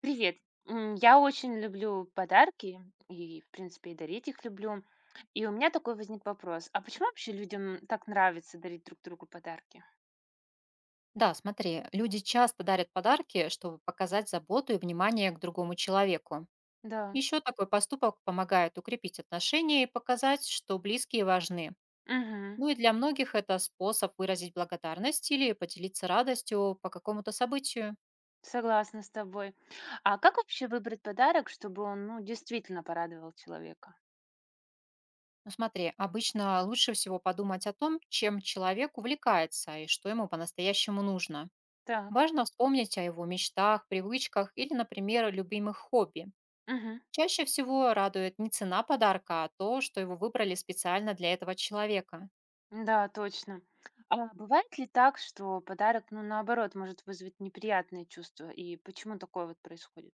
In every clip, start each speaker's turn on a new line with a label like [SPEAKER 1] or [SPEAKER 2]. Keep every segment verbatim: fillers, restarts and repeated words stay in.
[SPEAKER 1] Привет. М, Я очень люблю подарки и, в принципе, и дарить их люблю. И у меня такой возник вопрос. А почему вообще людям так нравится дарить друг другу подарки?
[SPEAKER 2] Да, смотри, люди часто дарят подарки, чтобы показать заботу и внимание к другому человеку.
[SPEAKER 1] Да.
[SPEAKER 2] Еще такой поступок помогает укрепить отношения и показать, что близкие важны.
[SPEAKER 1] Мгм.
[SPEAKER 2] Ну и для многих это способ выразить благодарность или поделиться радостью по какому-то событию.
[SPEAKER 1] Согласна с тобой. А как вообще выбрать подарок, чтобы он, ну, действительно порадовал человека?
[SPEAKER 2] Ну смотри, обычно лучше всего подумать о том, чем человек увлекается и что ему по-настоящему нужно.
[SPEAKER 1] Так.
[SPEAKER 2] Важно вспомнить о его мечтах, привычках или, например, любимых хобби.
[SPEAKER 1] Мгм.
[SPEAKER 2] Чаще всего радует не цена подарка, а то, что его выбрали специально для этого человека.
[SPEAKER 1] Да, точно. А бывает ли так, что подарок, ну, наоборот, может вызвать неприятные чувства? И почему такое вот происходит?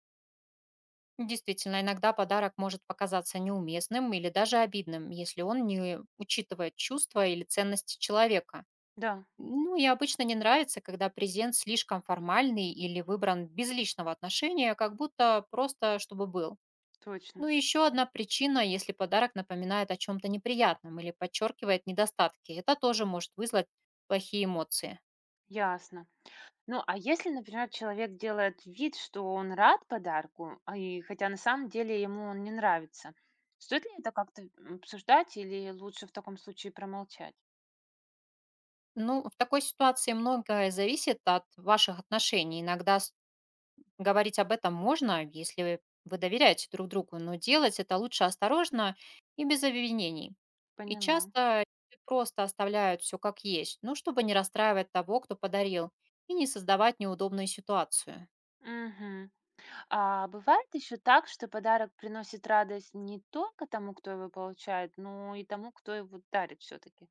[SPEAKER 2] Действительно, иногда подарок может показаться неуместным или даже обидным, если он не учитывает чувства или ценности человека.
[SPEAKER 1] Да,
[SPEAKER 2] Ну и обычно не нравится, когда презент слишком формальный или выбран без личного отношения, как будто просто чтобы был.
[SPEAKER 1] точно.
[SPEAKER 2] Ну и еще одна причина, если подарок напоминает о чем-то неприятном или подчеркивает недостатки, это тоже может вызвать плохие эмоции.
[SPEAKER 1] Ясно. Ну, а если, например, человек делает вид, что он рад подарку, а и хотя на самом деле ему он не нравится, стоит ли это как-то м, обсуждать или лучше в таком случае промолчать?
[SPEAKER 2] Ну, в такой ситуации многое зависит от ваших отношений. Иногда с- говорить об этом можно, если вы доверяете друг другу, но делать это лучше осторожно и без обвинений. И
[SPEAKER 1] Поняла.
[SPEAKER 2] часто люди просто оставляют все как есть, ну, чтобы не расстраивать того, кто подарил, и не создавать неудобную ситуацию.
[SPEAKER 1] Мгм. А бывает еще так, что подарок приносит радость не только тому, кто его получает, но и тому, кто его дарит все-таки.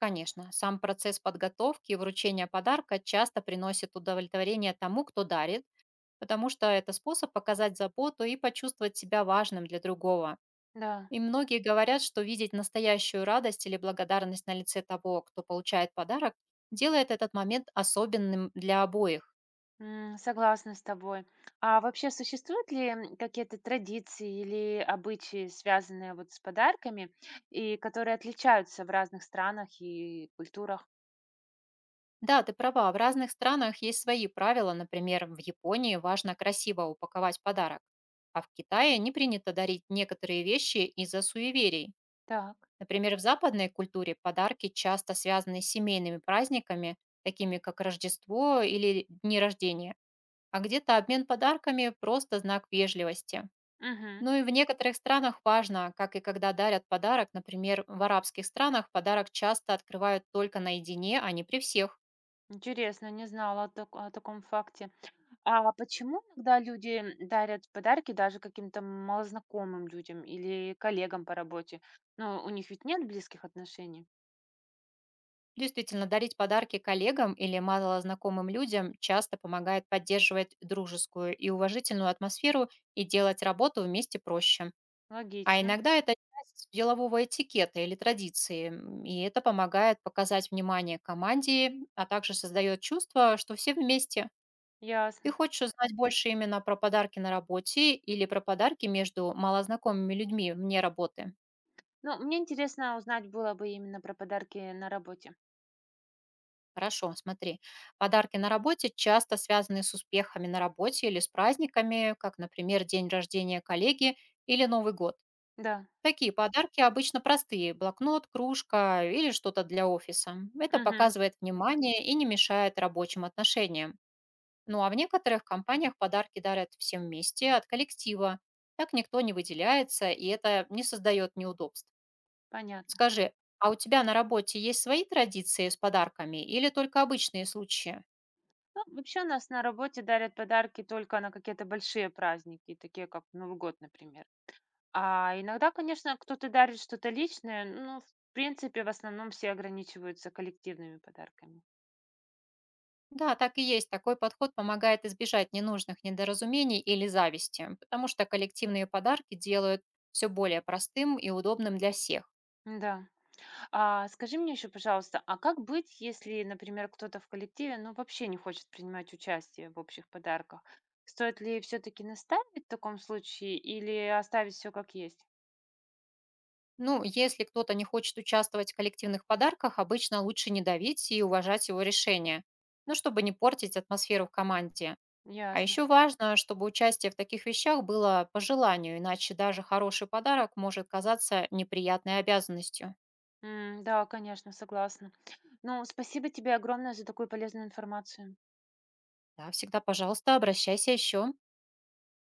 [SPEAKER 2] Конечно, сам процесс подготовки и вручения подарка часто приносит удовлетворение тому, кто дарит, потому что это способ показать заботу и почувствовать себя важным для другого.
[SPEAKER 1] Да.
[SPEAKER 2] И многие говорят, что видеть настоящую радость или благодарность на лице того, кто получает подарок, делает этот момент особенным для обоих.
[SPEAKER 1] М, Согласна с тобой. А вообще существуют ли м, какие-то традиции или обычаи, связанные вот с подарками, и которые отличаются в разных странах и культурах?
[SPEAKER 2] Да, ты права, в разных странах есть свои правила, например, в Японии важно красиво упаковать подарок, а в Китае не принято дарить некоторые вещи из-за суеверий.
[SPEAKER 1] Так.
[SPEAKER 2] Например, в западной культуре подарки часто связаны с семейными праздниками, такими как Рождество или дни рождения, а где-то обмен подарками просто знак вежливости.
[SPEAKER 1] Мгм.
[SPEAKER 2] Ну и в некоторых странах важно, как и когда дарят подарок. Например, в арабских странах подарок часто открывают только наедине, а не при всех.
[SPEAKER 1] Интересно, не знала о, так- о таком факте. А почему иногда люди дарят подарки даже каким-то малознакомым людям или коллегам по работе? Ну, у них ведь нет близких отношений.
[SPEAKER 2] Действительно, дарить подарки коллегам или малознакомым людям часто помогает поддерживать дружескую и уважительную атмосферу и делать работу вместе проще. А
[SPEAKER 1] Логично,
[SPEAKER 2] иногда это часть делового этикета или традиции, м, и это помогает показать внимание команде, а также создает чувство, что все вместе. Ты
[SPEAKER 1] ясно.
[SPEAKER 2] хочешь узнать больше именно про подарки на работе или про подарки между малознакомыми людьми вне работы?
[SPEAKER 1] Ну, мне интересно узнать было бы именно про подарки на работе.
[SPEAKER 2] Хорошо, смотри. Подарки на работе часто связаны с успехами на работе или с праздниками, как, например, день рождения коллеги или Новый год.
[SPEAKER 1] Да.
[SPEAKER 2] Такие подарки обычно простые– блокнот, кружка или что-то для офиса. Это
[SPEAKER 1] Мгм.
[SPEAKER 2] показывает внимание и не мешает рабочим отношениям. Ну а в некоторых компаниях подарки дарят всем вместе от коллектива. Так никто не выделяется, и это не создает неудобств.
[SPEAKER 1] Понятно.
[SPEAKER 2] Скажи, а у тебя на работе есть свои традиции с подарками или только обычные случаи?
[SPEAKER 1] Ну, вообще нас на работе дарят подарки только на какие-то большие праздники, такие как Новый год, например. А иногда, конечно, кто-то дарит что-то личное. Ну, в принципе в основном все ограничиваются коллективными подарками.
[SPEAKER 2] Да, так и есть. Такой подход помогает избежать ненужных недоразумений или зависти, потому что коллективные подарки делают все более простым и удобным для всех.
[SPEAKER 1] Да. А скажи мне еще, пожалуйста, а как быть, если, например, кто-то в коллективе, ну, вообще не хочет принимать участие в общих подарках? Стоит ли все-таки наставить в таком случае или оставить все как есть?
[SPEAKER 2] Ну, если кто-то не хочет участвовать в коллективных подарках, обычно лучше не давить и уважать его решение, ну, чтобы не портить атмосферу в команде. А
[SPEAKER 1] Ясно.
[SPEAKER 2] еще важно, чтобы участие в таких вещах было по желанию, иначе даже хороший подарок может казаться неприятной обязанностью.
[SPEAKER 1] М, да, конечно, согласна. Ну, спасибо тебе огромное за такую полезную информацию.
[SPEAKER 2] Да, всегда, пожалуйста, обращайся еще.